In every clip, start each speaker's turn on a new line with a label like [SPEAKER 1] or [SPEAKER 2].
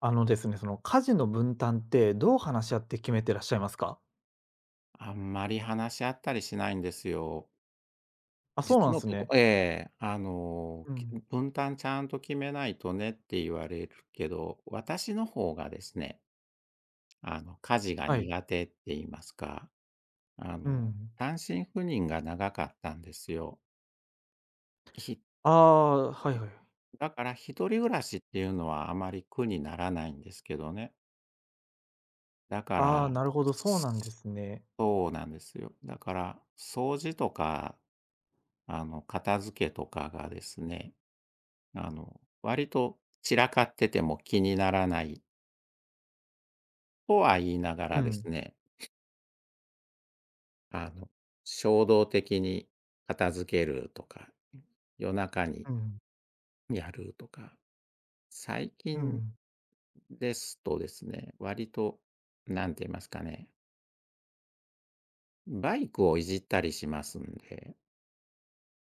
[SPEAKER 1] あのですね、その家事の分担ってどう話し合って決めてらっしゃいますか？
[SPEAKER 2] あんまり話し合ったりしないんですよ。
[SPEAKER 1] あ、そうなん
[SPEAKER 2] 実
[SPEAKER 1] で
[SPEAKER 2] の
[SPEAKER 1] す
[SPEAKER 2] とこ
[SPEAKER 1] ね。う
[SPEAKER 2] き
[SPEAKER 1] ん。
[SPEAKER 2] 分担ちゃんと決めないとねって言われるけど、私の方がですね、家事が
[SPEAKER 1] はい。
[SPEAKER 2] 苦手って言いますか、
[SPEAKER 1] うん。
[SPEAKER 2] 単身赴任が長かったんですよ。ひ
[SPEAKER 1] ああ、はいはい。
[SPEAKER 2] だから一人暮らしっていうのはあまり苦にならないんですけどね。だか
[SPEAKER 1] ああ、
[SPEAKER 2] ら、
[SPEAKER 1] なるほど、そうなんですね。
[SPEAKER 2] そうなんですよ。だから、掃除とか、片付けとかがですね、割と散らかってても気にならないとは言いなが
[SPEAKER 1] う
[SPEAKER 2] らです
[SPEAKER 1] ん。
[SPEAKER 2] ね、あの、衝動的に片付けるとか、夜中に
[SPEAKER 1] うん。
[SPEAKER 2] やるとか、最
[SPEAKER 1] う
[SPEAKER 2] 近
[SPEAKER 1] ん。
[SPEAKER 2] ですとですね、割と、なんて言いますかね、バイクをいじったりしますんで、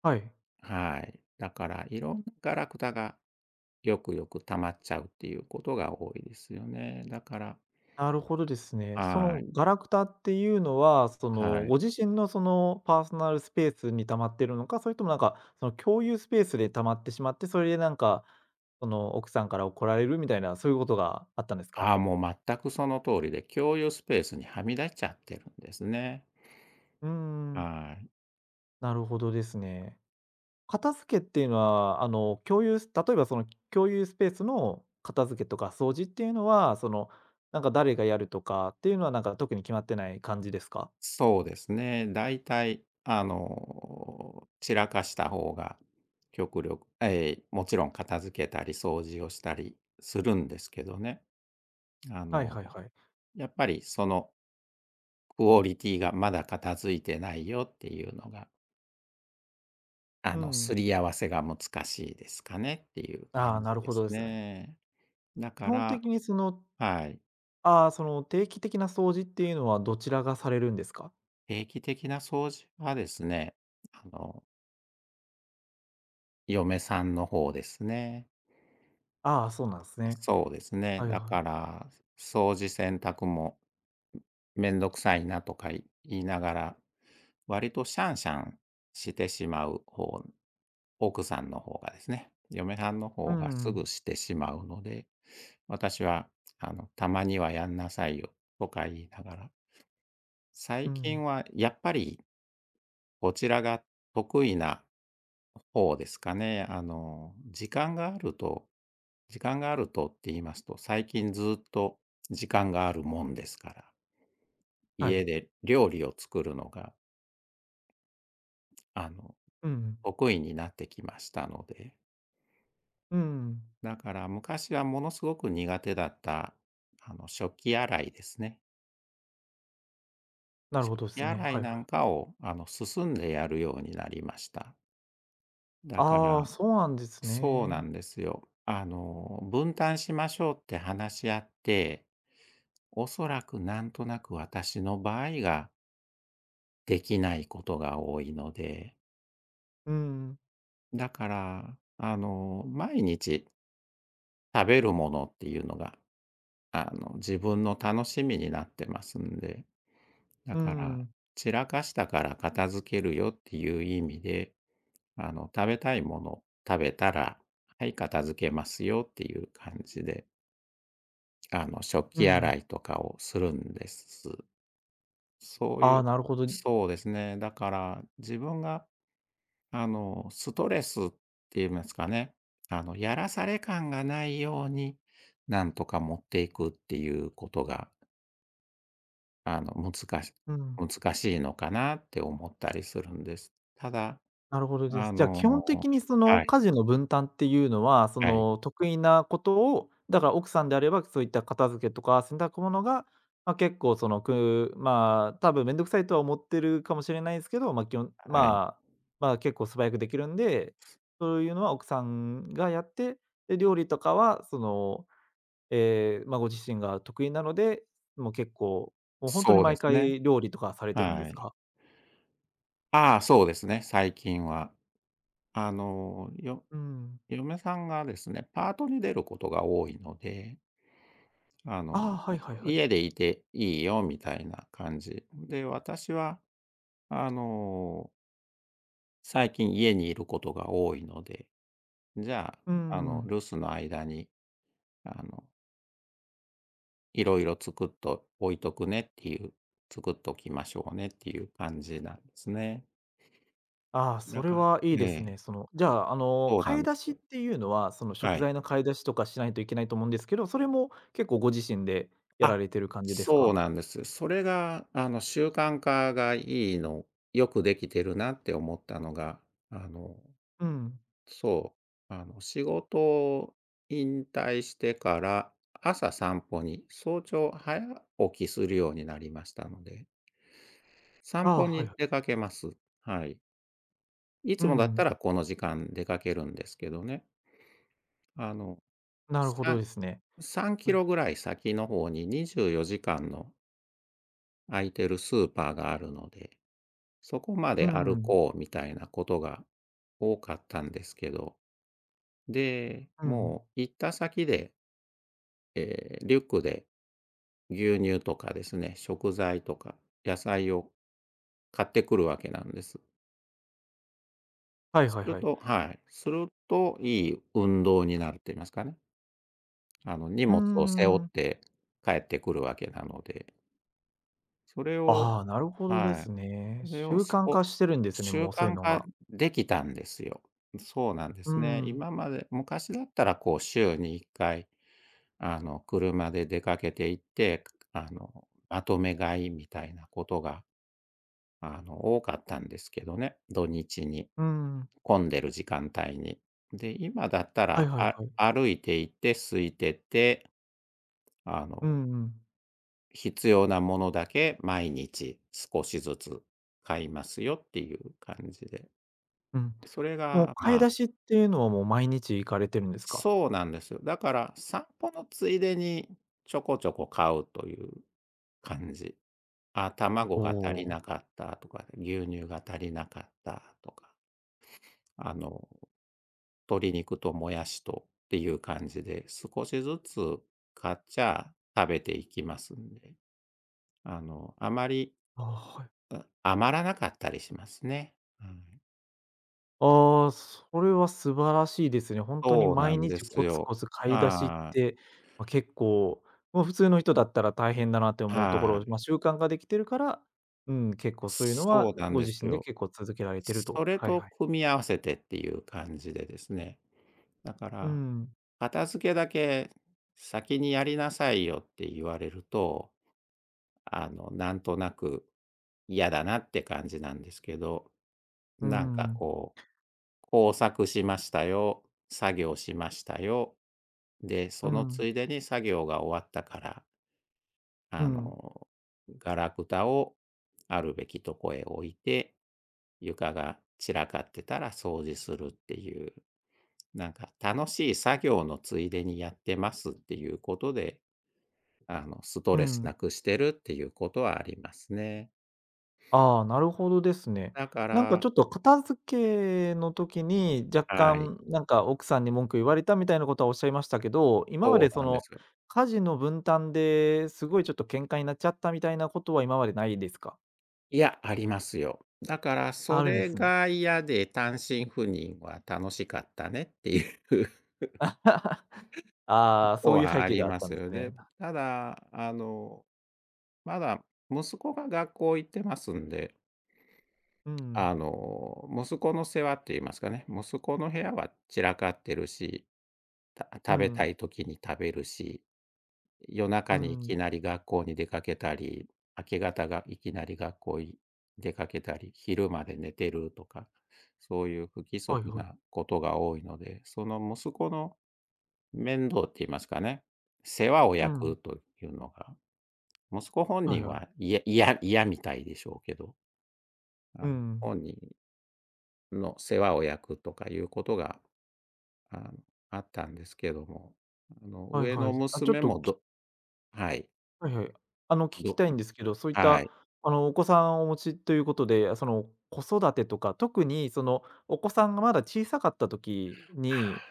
[SPEAKER 1] はい。
[SPEAKER 2] はい。だから、いろんなガラクタがよくよく溜まっちゃうっていうことが多いですよね。だから、
[SPEAKER 1] なるほどですね。そ
[SPEAKER 2] は
[SPEAKER 1] の
[SPEAKER 2] い、
[SPEAKER 1] ガラクタっていうのは、その
[SPEAKER 2] はい。
[SPEAKER 1] ご自身のそのパーソナルスペースに溜まってるのか、それともなんか、その共有スペースで溜まってしまって、それでなんか、その奥さんから怒られるみたいな、そういうことがあったんですか？
[SPEAKER 2] ああ、もう全くその通りで、共有スペースにはみ出しちゃってるんですね。
[SPEAKER 1] うーん、
[SPEAKER 2] はい。
[SPEAKER 1] なるほどですね。片付けっていうのは、あの、共有ス例えばその共有スペースの片付けとか掃除っていうのは、その、なんか誰がやるとかっていうのは、なんか特に決まってない感じですか？
[SPEAKER 2] そうですね。だいたい、散らかした方が、極力もちろん片付けたり掃除をしたりするんですけどね。あ
[SPEAKER 1] はい
[SPEAKER 2] の、
[SPEAKER 1] はいはい。
[SPEAKER 2] やっぱりそのクオリティがまだ片付いてないよっていうのが、
[SPEAKER 1] うん。
[SPEAKER 2] すり合わせが難しいですかねっていう
[SPEAKER 1] ああ、
[SPEAKER 2] 感
[SPEAKER 1] な
[SPEAKER 2] じ
[SPEAKER 1] る
[SPEAKER 2] で
[SPEAKER 1] ほど
[SPEAKER 2] す
[SPEAKER 1] ですね。
[SPEAKER 2] ね。だ
[SPEAKER 1] 基
[SPEAKER 2] か
[SPEAKER 1] 本的
[SPEAKER 2] ら、
[SPEAKER 1] にその、
[SPEAKER 2] はい。
[SPEAKER 1] ああ、その定期的な掃除っていうのはどちらがされるんですか？
[SPEAKER 2] 定期的な掃除はですね、あの、嫁さんの方ですね。
[SPEAKER 1] ああ、そうなんですね。
[SPEAKER 2] そうですね。
[SPEAKER 1] はい
[SPEAKER 2] だ
[SPEAKER 1] は
[SPEAKER 2] か
[SPEAKER 1] い。
[SPEAKER 2] ら、掃除、洗濯も、めんどくさいなとか言いながら、割とシャンシャンしてしまう方、奥さんの方がですね、嫁さんの
[SPEAKER 1] う
[SPEAKER 2] 方がすぐ
[SPEAKER 1] ん。
[SPEAKER 2] してしまうので、私は、たまにはやんなさいよとか言いながら、
[SPEAKER 1] う
[SPEAKER 2] 最
[SPEAKER 1] ん。
[SPEAKER 2] 近はやっぱり、こちらが得意な方ですかね。時間があるとって言いますと、最近ずっと時間があるもんですから、
[SPEAKER 1] は
[SPEAKER 2] 家
[SPEAKER 1] い。
[SPEAKER 2] で料理を作るのが、あの、
[SPEAKER 1] うん。
[SPEAKER 2] 得意になってきましたので。
[SPEAKER 1] うん。
[SPEAKER 2] だから昔はものすごく苦手だった、食器洗いですね。
[SPEAKER 1] なるほ
[SPEAKER 2] 食
[SPEAKER 1] どで
[SPEAKER 2] 器
[SPEAKER 1] すね。
[SPEAKER 2] 洗
[SPEAKER 1] は
[SPEAKER 2] い
[SPEAKER 1] い
[SPEAKER 2] な
[SPEAKER 1] はい。
[SPEAKER 2] んかを、進んでやるようになりました。だか
[SPEAKER 1] ああ、
[SPEAKER 2] ら
[SPEAKER 1] そうなんです
[SPEAKER 2] そうな
[SPEAKER 1] ね。
[SPEAKER 2] んですよ。分担しましょうって話し合って、おそらくなんとなく私の場合ができないことが多いので、
[SPEAKER 1] うん。
[SPEAKER 2] だから、毎日食べるものっていうのが、自分の楽しみになってますんで、だ
[SPEAKER 1] う
[SPEAKER 2] から、
[SPEAKER 1] ん。
[SPEAKER 2] 散らかしたから片付けるよっていう意味で、食べたいもの食べたら、はい、片付けますよっていう感じで、食
[SPEAKER 1] う
[SPEAKER 2] 器
[SPEAKER 1] ん。
[SPEAKER 2] 洗いとかをするんです。そう
[SPEAKER 1] あ
[SPEAKER 2] い
[SPEAKER 1] あ、
[SPEAKER 2] う
[SPEAKER 1] なるほど。
[SPEAKER 2] そうですね。だから、自分が、ストレスっていうんですかね、やらされ感がないように、なんとか持っていくっていうことが、あの、難し
[SPEAKER 1] うん、
[SPEAKER 2] 難しいのかなって思ったりするんです。ただ、
[SPEAKER 1] なるほどで
[SPEAKER 2] あ
[SPEAKER 1] す。じゃあ、基
[SPEAKER 2] の
[SPEAKER 1] 本的にその
[SPEAKER 2] は
[SPEAKER 1] 家
[SPEAKER 2] い、
[SPEAKER 1] 事の分担っていうのは、そ
[SPEAKER 2] はい、
[SPEAKER 1] の得意なことを、だから奥さんであれば、そういった片付けとか洗濯物が、まあ、結構その、まあ、多分めんどくさいとは思ってるかもしれないですけど、ま、基本
[SPEAKER 2] はい。
[SPEAKER 1] まあ、まあ、結構素早くできるんで、そういうのは奥さんがやって、で、料理とかはその、ええ、まあ、ご自身が得意なので、もう結構、もう本当に
[SPEAKER 2] そうで
[SPEAKER 1] 毎
[SPEAKER 2] すね。
[SPEAKER 1] 回料理とかされてるんで
[SPEAKER 2] は
[SPEAKER 1] す
[SPEAKER 2] い。
[SPEAKER 1] か？
[SPEAKER 2] ああ、そうですね、最近は。あの、よ
[SPEAKER 1] うん。
[SPEAKER 2] 嫁さんがですね、パートに出ることが多いので、あ
[SPEAKER 1] ああ、
[SPEAKER 2] の、
[SPEAKER 1] はいはいはい。
[SPEAKER 2] 家でいていいよみたいな感じ。で、私は、あの、最近家にいることが多いので、じゃ
[SPEAKER 1] うー
[SPEAKER 2] あ、留
[SPEAKER 1] ん。
[SPEAKER 2] 守の間に、あの、いろいろ作っと置いとくねっていう、作っときましょうねっていう感じなんですね。
[SPEAKER 1] ああ、そ
[SPEAKER 2] だ
[SPEAKER 1] れ
[SPEAKER 2] か
[SPEAKER 1] はいい
[SPEAKER 2] ら
[SPEAKER 1] です
[SPEAKER 2] え
[SPEAKER 1] ね。その、じゃあ、あの、
[SPEAKER 2] そうな
[SPEAKER 1] 買い
[SPEAKER 2] んで
[SPEAKER 1] 出
[SPEAKER 2] す
[SPEAKER 1] しっ
[SPEAKER 2] よ。
[SPEAKER 1] ていうのは、その食
[SPEAKER 2] はい。
[SPEAKER 1] 材の買い出しとかしないといけないと思うんですけど、それも結構ご自身でやら
[SPEAKER 2] あ、
[SPEAKER 1] れてる感じです
[SPEAKER 2] そ
[SPEAKER 1] か？
[SPEAKER 2] うなんです。それが、習慣化がいいのよくできてるなって思ったのが、あの、
[SPEAKER 1] うん。
[SPEAKER 2] そう、仕事を引退してから、朝散歩に、早起きするようになりましたので、散
[SPEAKER 1] ああ、
[SPEAKER 2] 歩
[SPEAKER 1] はい
[SPEAKER 2] に
[SPEAKER 1] は
[SPEAKER 2] 出
[SPEAKER 1] い。
[SPEAKER 2] かけます。はい。い
[SPEAKER 1] う
[SPEAKER 2] つもだった
[SPEAKER 1] ん。
[SPEAKER 2] らこの時間出かけるんですけどね。あの、
[SPEAKER 1] なるほど
[SPEAKER 2] さ
[SPEAKER 1] ですね。
[SPEAKER 2] さんキ
[SPEAKER 1] はいは
[SPEAKER 2] ロ
[SPEAKER 1] い。
[SPEAKER 2] ぐらい先の方に24時間の空いてるスーパーがあるので、そこま
[SPEAKER 1] う
[SPEAKER 2] で歩
[SPEAKER 1] ん。
[SPEAKER 2] こうみたいなことが多かったんですけど、で、
[SPEAKER 1] うん。
[SPEAKER 2] もう行った先で、リュックで牛乳とかですね、食材とか野菜を買ってくるわけなんです。
[SPEAKER 1] はい
[SPEAKER 2] す
[SPEAKER 1] はい
[SPEAKER 2] る
[SPEAKER 1] はい。
[SPEAKER 2] とはい、するといい運動になるって言いますかね。荷
[SPEAKER 1] うー
[SPEAKER 2] 物を背負っ
[SPEAKER 1] ん。
[SPEAKER 2] て帰ってくるわけなので、それを
[SPEAKER 1] ああ、なるほどで
[SPEAKER 2] は
[SPEAKER 1] す
[SPEAKER 2] い。
[SPEAKER 1] ね。
[SPEAKER 2] それを
[SPEAKER 1] 習慣化してるんですね、
[SPEAKER 2] 習
[SPEAKER 1] もうそういう
[SPEAKER 2] 慣
[SPEAKER 1] の
[SPEAKER 2] 化
[SPEAKER 1] が。
[SPEAKER 2] できたんですよ。そうなんで
[SPEAKER 1] う
[SPEAKER 2] すね。
[SPEAKER 1] ん。
[SPEAKER 2] 今まで昔だったらこう週に1回、車で出かけて行って、まとめ買いみたいなことが、多かったんですけどね、土日に。
[SPEAKER 1] うん。
[SPEAKER 2] 混んでる時間帯に。で、今だった
[SPEAKER 1] はい
[SPEAKER 2] ら、
[SPEAKER 1] はいはい。
[SPEAKER 2] 歩いて行って空いてって、あ
[SPEAKER 1] う
[SPEAKER 2] の、
[SPEAKER 1] んうん。
[SPEAKER 2] 必要なものだけ毎日少しずつ買いますよっていう感じで。
[SPEAKER 1] うん。
[SPEAKER 2] それ
[SPEAKER 1] もう
[SPEAKER 2] が、
[SPEAKER 1] 買い
[SPEAKER 2] ま
[SPEAKER 1] 出
[SPEAKER 2] あ、
[SPEAKER 1] しっていうのは、もう毎日行かれてるんですか？
[SPEAKER 2] そうなんですよ。だから、散歩のついでにちょこちょこ買うという感じ。あ、
[SPEAKER 1] お
[SPEAKER 2] 卵が足りな
[SPEAKER 1] お。
[SPEAKER 2] かったとか、牛乳が足りなかったとか、あの、鶏肉ともやしとっていう感じで、少しずつ買っちゃ食べていきますんで、あまり、
[SPEAKER 1] あ、はい。
[SPEAKER 2] 余らなかったりしますね。はい。
[SPEAKER 1] ああ、それは素晴らしいですね。ほんとに
[SPEAKER 2] そうな
[SPEAKER 1] 毎
[SPEAKER 2] んで
[SPEAKER 1] 日
[SPEAKER 2] す
[SPEAKER 1] コツコ
[SPEAKER 2] よ。
[SPEAKER 1] ツ買い出しっ
[SPEAKER 2] はい。
[SPEAKER 1] て、ま、結構、もう普通の人だったら大変だなって思うところ
[SPEAKER 2] は
[SPEAKER 1] を、ま、
[SPEAKER 2] い。
[SPEAKER 1] 習慣ができてるから、うん、結構そういうのは
[SPEAKER 2] そうなん
[SPEAKER 1] ご
[SPEAKER 2] です
[SPEAKER 1] 自身で
[SPEAKER 2] よ。
[SPEAKER 1] 結構続けられてると。
[SPEAKER 2] それ
[SPEAKER 1] はい
[SPEAKER 2] と
[SPEAKER 1] はい。
[SPEAKER 2] 組み合わせてっていう感じでですね。だか
[SPEAKER 1] う
[SPEAKER 2] ら、
[SPEAKER 1] ん。
[SPEAKER 2] 片付けだけ先にやりなさいよって言われると、なんとなく嫌だなって感じなんですけど、
[SPEAKER 1] うんう
[SPEAKER 2] なん
[SPEAKER 1] ん
[SPEAKER 2] か
[SPEAKER 1] うん。
[SPEAKER 2] こう、工作しましたよ、作業しましたよ、で、
[SPEAKER 1] う
[SPEAKER 2] その
[SPEAKER 1] ん。
[SPEAKER 2] ついでに作業が終わったから
[SPEAKER 1] う
[SPEAKER 2] あ
[SPEAKER 1] ん。
[SPEAKER 2] の、ガラクタをあるべきとこへ置いて、床が散らかってたら掃除するっていう、なんか楽しい作業のついでにやってますっていうことで、スト
[SPEAKER 1] う
[SPEAKER 2] レス
[SPEAKER 1] ん。
[SPEAKER 2] なくしてるっていうことはありますね。
[SPEAKER 1] ああ、なるほどですね。
[SPEAKER 2] だか
[SPEAKER 1] なんかちょ
[SPEAKER 2] ら、
[SPEAKER 1] っと片付けの時に、若
[SPEAKER 2] はい、
[SPEAKER 1] 干なんか奥さんに文句言われたみたいなことはおっしゃいましたけど、今ま
[SPEAKER 2] そ
[SPEAKER 1] で
[SPEAKER 2] う
[SPEAKER 1] そ
[SPEAKER 2] なんで
[SPEAKER 1] の
[SPEAKER 2] すよ。
[SPEAKER 1] 家事の分担ですごいちょっと喧嘩になっちゃったみたいなことは今までないですか？
[SPEAKER 2] いや、ありますよ。だから
[SPEAKER 1] あ
[SPEAKER 2] そ
[SPEAKER 1] るんで
[SPEAKER 2] れ
[SPEAKER 1] すね。
[SPEAKER 2] が嫌で、単身赴任は楽しかったねっていう
[SPEAKER 1] ああ、そういう
[SPEAKER 2] は
[SPEAKER 1] 背
[SPEAKER 2] あ
[SPEAKER 1] 景
[SPEAKER 2] り
[SPEAKER 1] があっ
[SPEAKER 2] ま
[SPEAKER 1] たん
[SPEAKER 2] す
[SPEAKER 1] で
[SPEAKER 2] よ。
[SPEAKER 1] すね。
[SPEAKER 2] で、ただ、まだ息子が学校行ってますんで、
[SPEAKER 1] うん、
[SPEAKER 2] 息子の世話って言いますかね、息子の部屋は散らかってるし、た
[SPEAKER 1] う
[SPEAKER 2] 食べた
[SPEAKER 1] ん、
[SPEAKER 2] い時に食べるし、夜
[SPEAKER 1] う
[SPEAKER 2] 中にい
[SPEAKER 1] ん、
[SPEAKER 2] きなり学校に出かけたり、明け方がいきなり学校に出かけたり、昼まで寝てるとか、そういう不規
[SPEAKER 1] はい
[SPEAKER 2] 則
[SPEAKER 1] はい。
[SPEAKER 2] なことが多いので、その息子の面倒って言いますかね、世話を
[SPEAKER 1] う
[SPEAKER 2] 焼
[SPEAKER 1] ん、
[SPEAKER 2] くというのが、息子本
[SPEAKER 1] はい
[SPEAKER 2] 人
[SPEAKER 1] は
[SPEAKER 2] は、
[SPEAKER 1] い。
[SPEAKER 2] いや嫌嫌みたいでしょうけど、
[SPEAKER 1] う
[SPEAKER 2] あ、
[SPEAKER 1] ん、
[SPEAKER 2] 本人の世話を焼くとかいうことが、あの、あったんですけども、
[SPEAKER 1] はい
[SPEAKER 2] 上
[SPEAKER 1] は
[SPEAKER 2] の
[SPEAKER 1] い。あ、ちょっ
[SPEAKER 2] 娘
[SPEAKER 1] と
[SPEAKER 2] もはい、
[SPEAKER 1] はいはい。あの、聞き
[SPEAKER 2] ど
[SPEAKER 1] たいんですけど、そういっ
[SPEAKER 2] は
[SPEAKER 1] た
[SPEAKER 2] い。
[SPEAKER 1] あの、お子さんをお持ちということで、その、子育てとか、特にその、お子さんがまだ小さかった時に、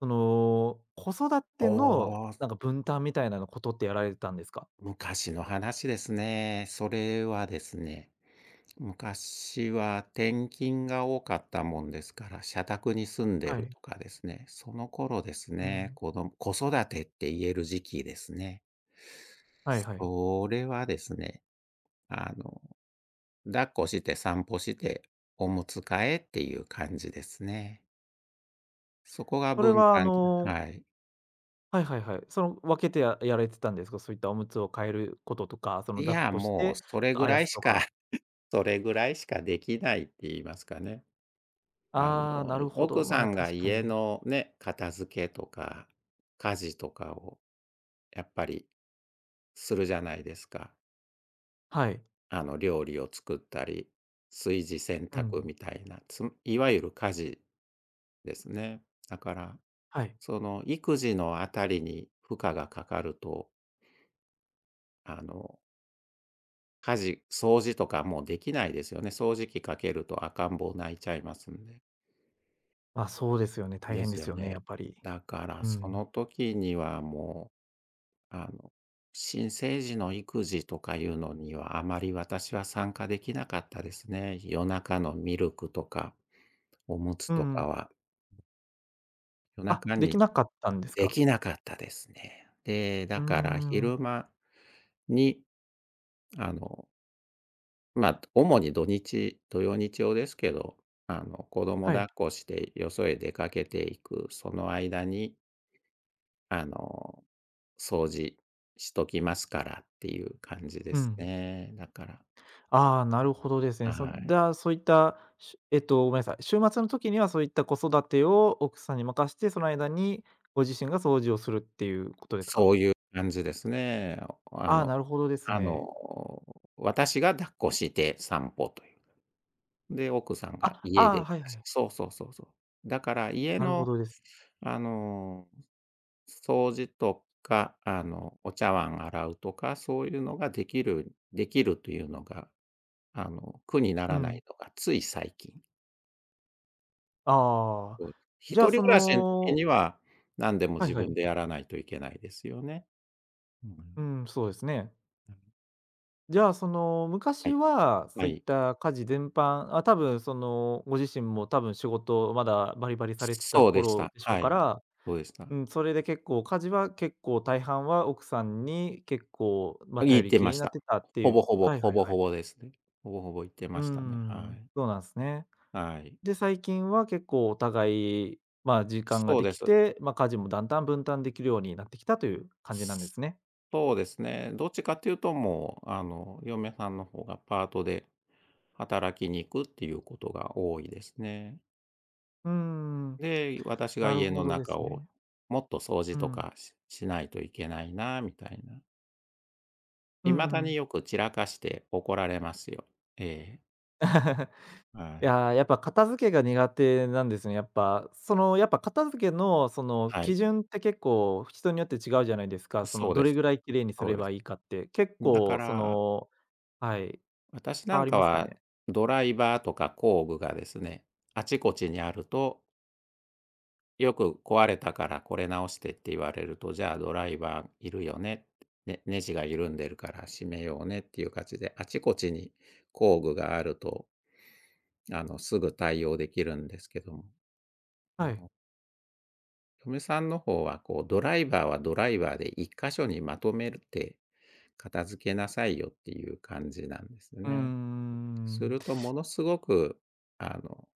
[SPEAKER 1] その、子育
[SPEAKER 2] お
[SPEAKER 1] ての
[SPEAKER 2] お、
[SPEAKER 1] なんか分担みたいなのことってやられてたんですか？
[SPEAKER 2] 昔の話ですね。それはですね、昔は転勤が多かったもんですから、社宅に住んで
[SPEAKER 1] は
[SPEAKER 2] る
[SPEAKER 1] い。
[SPEAKER 2] とかですね、その頃です
[SPEAKER 1] う
[SPEAKER 2] ね、
[SPEAKER 1] ん。
[SPEAKER 2] 子育てって言える時期ですね。
[SPEAKER 1] はいはい。
[SPEAKER 2] それはですね、あの、抱っこして散歩して、おむつ替えっていう感じですね。そこが
[SPEAKER 1] それ
[SPEAKER 2] 分
[SPEAKER 1] はあ
[SPEAKER 2] 担、
[SPEAKER 1] の
[SPEAKER 2] はい。
[SPEAKER 1] はいはいはい。その、分けてやられてたんですか？そういったおむつを変えることとか、その、
[SPEAKER 2] い
[SPEAKER 1] 抱っ
[SPEAKER 2] や、
[SPEAKER 1] こし
[SPEAKER 2] もう
[SPEAKER 1] て、
[SPEAKER 2] それぐ
[SPEAKER 1] あや
[SPEAKER 2] らい
[SPEAKER 1] す
[SPEAKER 2] し
[SPEAKER 1] と
[SPEAKER 2] か
[SPEAKER 1] か。
[SPEAKER 2] それぐらいしかできないって言いますかね。
[SPEAKER 1] ああ、なるほど。
[SPEAKER 2] 奥さ
[SPEAKER 1] まあ、
[SPEAKER 2] んが
[SPEAKER 1] 確か
[SPEAKER 2] 家
[SPEAKER 1] に。
[SPEAKER 2] のね、片付けとか、家事とかをやっぱりするじゃないですか。
[SPEAKER 1] はい。
[SPEAKER 2] 料理を作ったり、炊事洗
[SPEAKER 1] う
[SPEAKER 2] 濯
[SPEAKER 1] ん。
[SPEAKER 2] みたいな、いわゆる家事ですね。だから、
[SPEAKER 1] はい。
[SPEAKER 2] その育児のあたりに負荷がかかると、あの、家事、掃除とかもうできないですよね。掃除機かけると赤ん坊泣いちゃいますんで。
[SPEAKER 1] まあ、そうですよね。大
[SPEAKER 2] で
[SPEAKER 1] 変で
[SPEAKER 2] す
[SPEAKER 1] す
[SPEAKER 2] よ
[SPEAKER 1] よね、や
[SPEAKER 2] ね。
[SPEAKER 1] っぱり。
[SPEAKER 2] だから
[SPEAKER 1] う
[SPEAKER 2] そ
[SPEAKER 1] ん。
[SPEAKER 2] の時にはもう、新生児の育児とかいうのにはあまり私は参加できなかったですね。夜中のミルクとか、おむつ
[SPEAKER 1] うん
[SPEAKER 2] と
[SPEAKER 1] う
[SPEAKER 2] か
[SPEAKER 1] ん、
[SPEAKER 2] は夜
[SPEAKER 1] あ、
[SPEAKER 2] 中
[SPEAKER 1] でき
[SPEAKER 2] に
[SPEAKER 1] なかったんです
[SPEAKER 2] で
[SPEAKER 1] か？
[SPEAKER 2] きなかったですね。で、
[SPEAKER 1] う
[SPEAKER 2] だ
[SPEAKER 1] ー
[SPEAKER 2] から
[SPEAKER 1] ん。
[SPEAKER 2] 昼間に、あの、まあ、主に土曜日曜ですけど、子供
[SPEAKER 1] は
[SPEAKER 2] 抱
[SPEAKER 1] い。
[SPEAKER 2] っこしてよそへ出かけていく、その間にあの、掃除しときますからっていう感じで
[SPEAKER 1] う
[SPEAKER 2] す
[SPEAKER 1] ん。
[SPEAKER 2] ね。だから、
[SPEAKER 1] ああ、なるほどですね。
[SPEAKER 2] は
[SPEAKER 1] じ
[SPEAKER 2] い。
[SPEAKER 1] ゃあ、そういった、しえっと、ごめんなさい、週末の時にはそういった子育てを奥さんに任して、その間にご自身が掃除をするっていうことですか？
[SPEAKER 2] そういう感じですね。あ
[SPEAKER 1] ああ、
[SPEAKER 2] の
[SPEAKER 1] なるほどです
[SPEAKER 2] あ
[SPEAKER 1] ね。
[SPEAKER 2] の、私が抱っこして散歩という。で、奥さんが
[SPEAKER 1] あ、あ
[SPEAKER 2] 家
[SPEAKER 1] あ、
[SPEAKER 2] で
[SPEAKER 1] はいはい。
[SPEAKER 2] そうそうそうそう。だから家
[SPEAKER 1] なるほ
[SPEAKER 2] の、
[SPEAKER 1] どです。
[SPEAKER 2] あの、掃除とか、お茶碗洗うとか、そういうのができるできるというのが、苦にな
[SPEAKER 1] う
[SPEAKER 2] らな
[SPEAKER 1] ん。
[SPEAKER 2] いのがつい最近。
[SPEAKER 1] ああ。
[SPEAKER 2] そうです、一
[SPEAKER 1] じゃあ、
[SPEAKER 2] 人暮
[SPEAKER 1] そ
[SPEAKER 2] らしの時
[SPEAKER 1] の
[SPEAKER 2] には、何でも
[SPEAKER 1] はい
[SPEAKER 2] 自
[SPEAKER 1] は
[SPEAKER 2] 分で
[SPEAKER 1] い。
[SPEAKER 2] やらないといけないですよね。う
[SPEAKER 1] う
[SPEAKER 2] ん。
[SPEAKER 1] ん、そうですね。じゃあ、その、
[SPEAKER 2] は
[SPEAKER 1] 昔
[SPEAKER 2] い、
[SPEAKER 1] は
[SPEAKER 2] は
[SPEAKER 1] そういっ
[SPEAKER 2] い。
[SPEAKER 1] た家事全般、あ、多分その、ご自身も多分仕事まだバリバリされてた
[SPEAKER 2] そうでし
[SPEAKER 1] 頃
[SPEAKER 2] た。
[SPEAKER 1] でしょう
[SPEAKER 2] は
[SPEAKER 1] か
[SPEAKER 2] い。
[SPEAKER 1] ら、
[SPEAKER 2] どうでした？
[SPEAKER 1] うん、それで結構家事は結構大半は奥さんに結構、ま、頼
[SPEAKER 2] 言っ
[SPEAKER 1] り
[SPEAKER 2] て
[SPEAKER 1] きり
[SPEAKER 2] ま
[SPEAKER 1] に
[SPEAKER 2] し
[SPEAKER 1] なっ
[SPEAKER 2] た。
[SPEAKER 1] てたって
[SPEAKER 2] ほ
[SPEAKER 1] い
[SPEAKER 2] ぼ
[SPEAKER 1] う
[SPEAKER 2] ほぼ、
[SPEAKER 1] はい
[SPEAKER 2] ほ
[SPEAKER 1] はい
[SPEAKER 2] ぼ
[SPEAKER 1] は
[SPEAKER 2] ほ
[SPEAKER 1] い。
[SPEAKER 2] ぼですね。ほぼほぼ言って
[SPEAKER 1] う
[SPEAKER 2] ま
[SPEAKER 1] ー
[SPEAKER 2] したね。は
[SPEAKER 1] ん、
[SPEAKER 2] い。
[SPEAKER 1] そうなんすね。
[SPEAKER 2] はい。
[SPEAKER 1] で、最近は結構お互い、まあ、時間が
[SPEAKER 2] そう
[SPEAKER 1] で
[SPEAKER 2] で
[SPEAKER 1] き
[SPEAKER 2] す。
[SPEAKER 1] て、ま、家事もだんだん分担できるようになってきたという感じなんで
[SPEAKER 2] す
[SPEAKER 1] すね。
[SPEAKER 2] そうですね。どっちかっていうともう、嫁さんの方がパートで働きに行くっていうことが多いですね。
[SPEAKER 1] うーん、
[SPEAKER 2] で、私が
[SPEAKER 1] なる
[SPEAKER 2] 家
[SPEAKER 1] ほ
[SPEAKER 2] の
[SPEAKER 1] どで
[SPEAKER 2] 中
[SPEAKER 1] す
[SPEAKER 2] を
[SPEAKER 1] ね。
[SPEAKER 2] もっと掃除
[SPEAKER 1] う
[SPEAKER 2] と
[SPEAKER 1] ん。
[SPEAKER 2] かししないといけないなみたいな。
[SPEAKER 1] うん
[SPEAKER 2] 未だ
[SPEAKER 1] うん。
[SPEAKER 2] によく散らかして怒られますよ。ええ。は
[SPEAKER 1] い
[SPEAKER 2] い。
[SPEAKER 1] やー、やっぱ片付けが苦手なんですね、やっぱ。その、やっぱ片付けのその
[SPEAKER 2] は
[SPEAKER 1] 基
[SPEAKER 2] い。
[SPEAKER 1] 準って結構人によって違うじゃないですか。その
[SPEAKER 2] そう
[SPEAKER 1] ど
[SPEAKER 2] で
[SPEAKER 1] れ
[SPEAKER 2] す。
[SPEAKER 1] ぐらい綺麗にす
[SPEAKER 2] そ
[SPEAKER 1] れ
[SPEAKER 2] うで
[SPEAKER 1] ば
[SPEAKER 2] す。
[SPEAKER 1] いいかって、結
[SPEAKER 2] だか
[SPEAKER 1] 構そ
[SPEAKER 2] ら、
[SPEAKER 1] のはい、
[SPEAKER 2] 私な
[SPEAKER 1] 変わ
[SPEAKER 2] ん
[SPEAKER 1] り
[SPEAKER 2] か
[SPEAKER 1] ますか
[SPEAKER 2] は
[SPEAKER 1] ね？
[SPEAKER 2] ドライバーとか工具がですね、あちこちにあると、よく壊れたからこれ直してって言われると、じゃあドライバーいるよね、ね、ネジが緩んでるから締めようねっていう感じで、あちこちに工具があるとすぐ対応できるんですけども、あ
[SPEAKER 1] はい。
[SPEAKER 2] の、嫁さんの方はこうドライバーはドライバーで一箇所にまとめるて、片付けなさいよっていう感じなんです
[SPEAKER 1] うー
[SPEAKER 2] ね。す
[SPEAKER 1] ん。
[SPEAKER 2] るとものすごく、あの、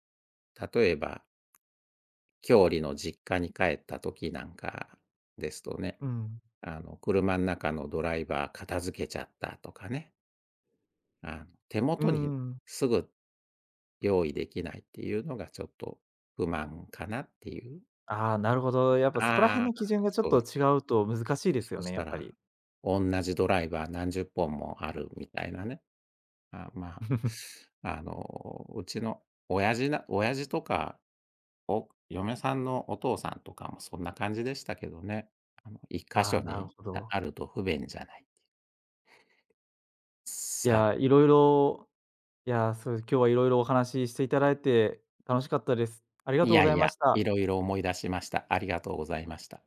[SPEAKER 2] 例えば、郷里の実家に帰った時なんかですとね、
[SPEAKER 1] うん。
[SPEAKER 2] 車の中のドライバー片付けちゃったとかね、手
[SPEAKER 1] うんう
[SPEAKER 2] 元に
[SPEAKER 1] んん、
[SPEAKER 2] すぐ用意できないっていうのがちょっと不満かなっていう、
[SPEAKER 1] ああ、なるほど。やっぱそこら辺
[SPEAKER 2] ああ、
[SPEAKER 1] の基準がちょっ
[SPEAKER 2] そう
[SPEAKER 1] と
[SPEAKER 2] です。
[SPEAKER 1] 違うと難しいですよ
[SPEAKER 2] そ
[SPEAKER 1] ね、
[SPEAKER 2] し
[SPEAKER 1] や
[SPEAKER 2] た
[SPEAKER 1] っぱ
[SPEAKER 2] ら、
[SPEAKER 1] り。
[SPEAKER 2] 同じドライバー何十本もあるみたいなね。まあ、うちの親父とか、お嫁さんのお父さんとかもそんな感じでしたけどね。あの、一箇
[SPEAKER 1] ああ、
[SPEAKER 2] 所
[SPEAKER 1] なる
[SPEAKER 2] に
[SPEAKER 1] ほ
[SPEAKER 2] あ
[SPEAKER 1] ど。
[SPEAKER 2] あると不便じゃない。
[SPEAKER 1] い
[SPEAKER 2] さあ、
[SPEAKER 1] や、いろいろいや、そう、今日はいろいろお話ししていただいて楽しかったです。ありが
[SPEAKER 2] い
[SPEAKER 1] とうご
[SPEAKER 2] や
[SPEAKER 1] ざ
[SPEAKER 2] い
[SPEAKER 1] いま
[SPEAKER 2] や、
[SPEAKER 1] し
[SPEAKER 2] い
[SPEAKER 1] た。
[SPEAKER 2] ろいろ思い出しました。ありがとうございました。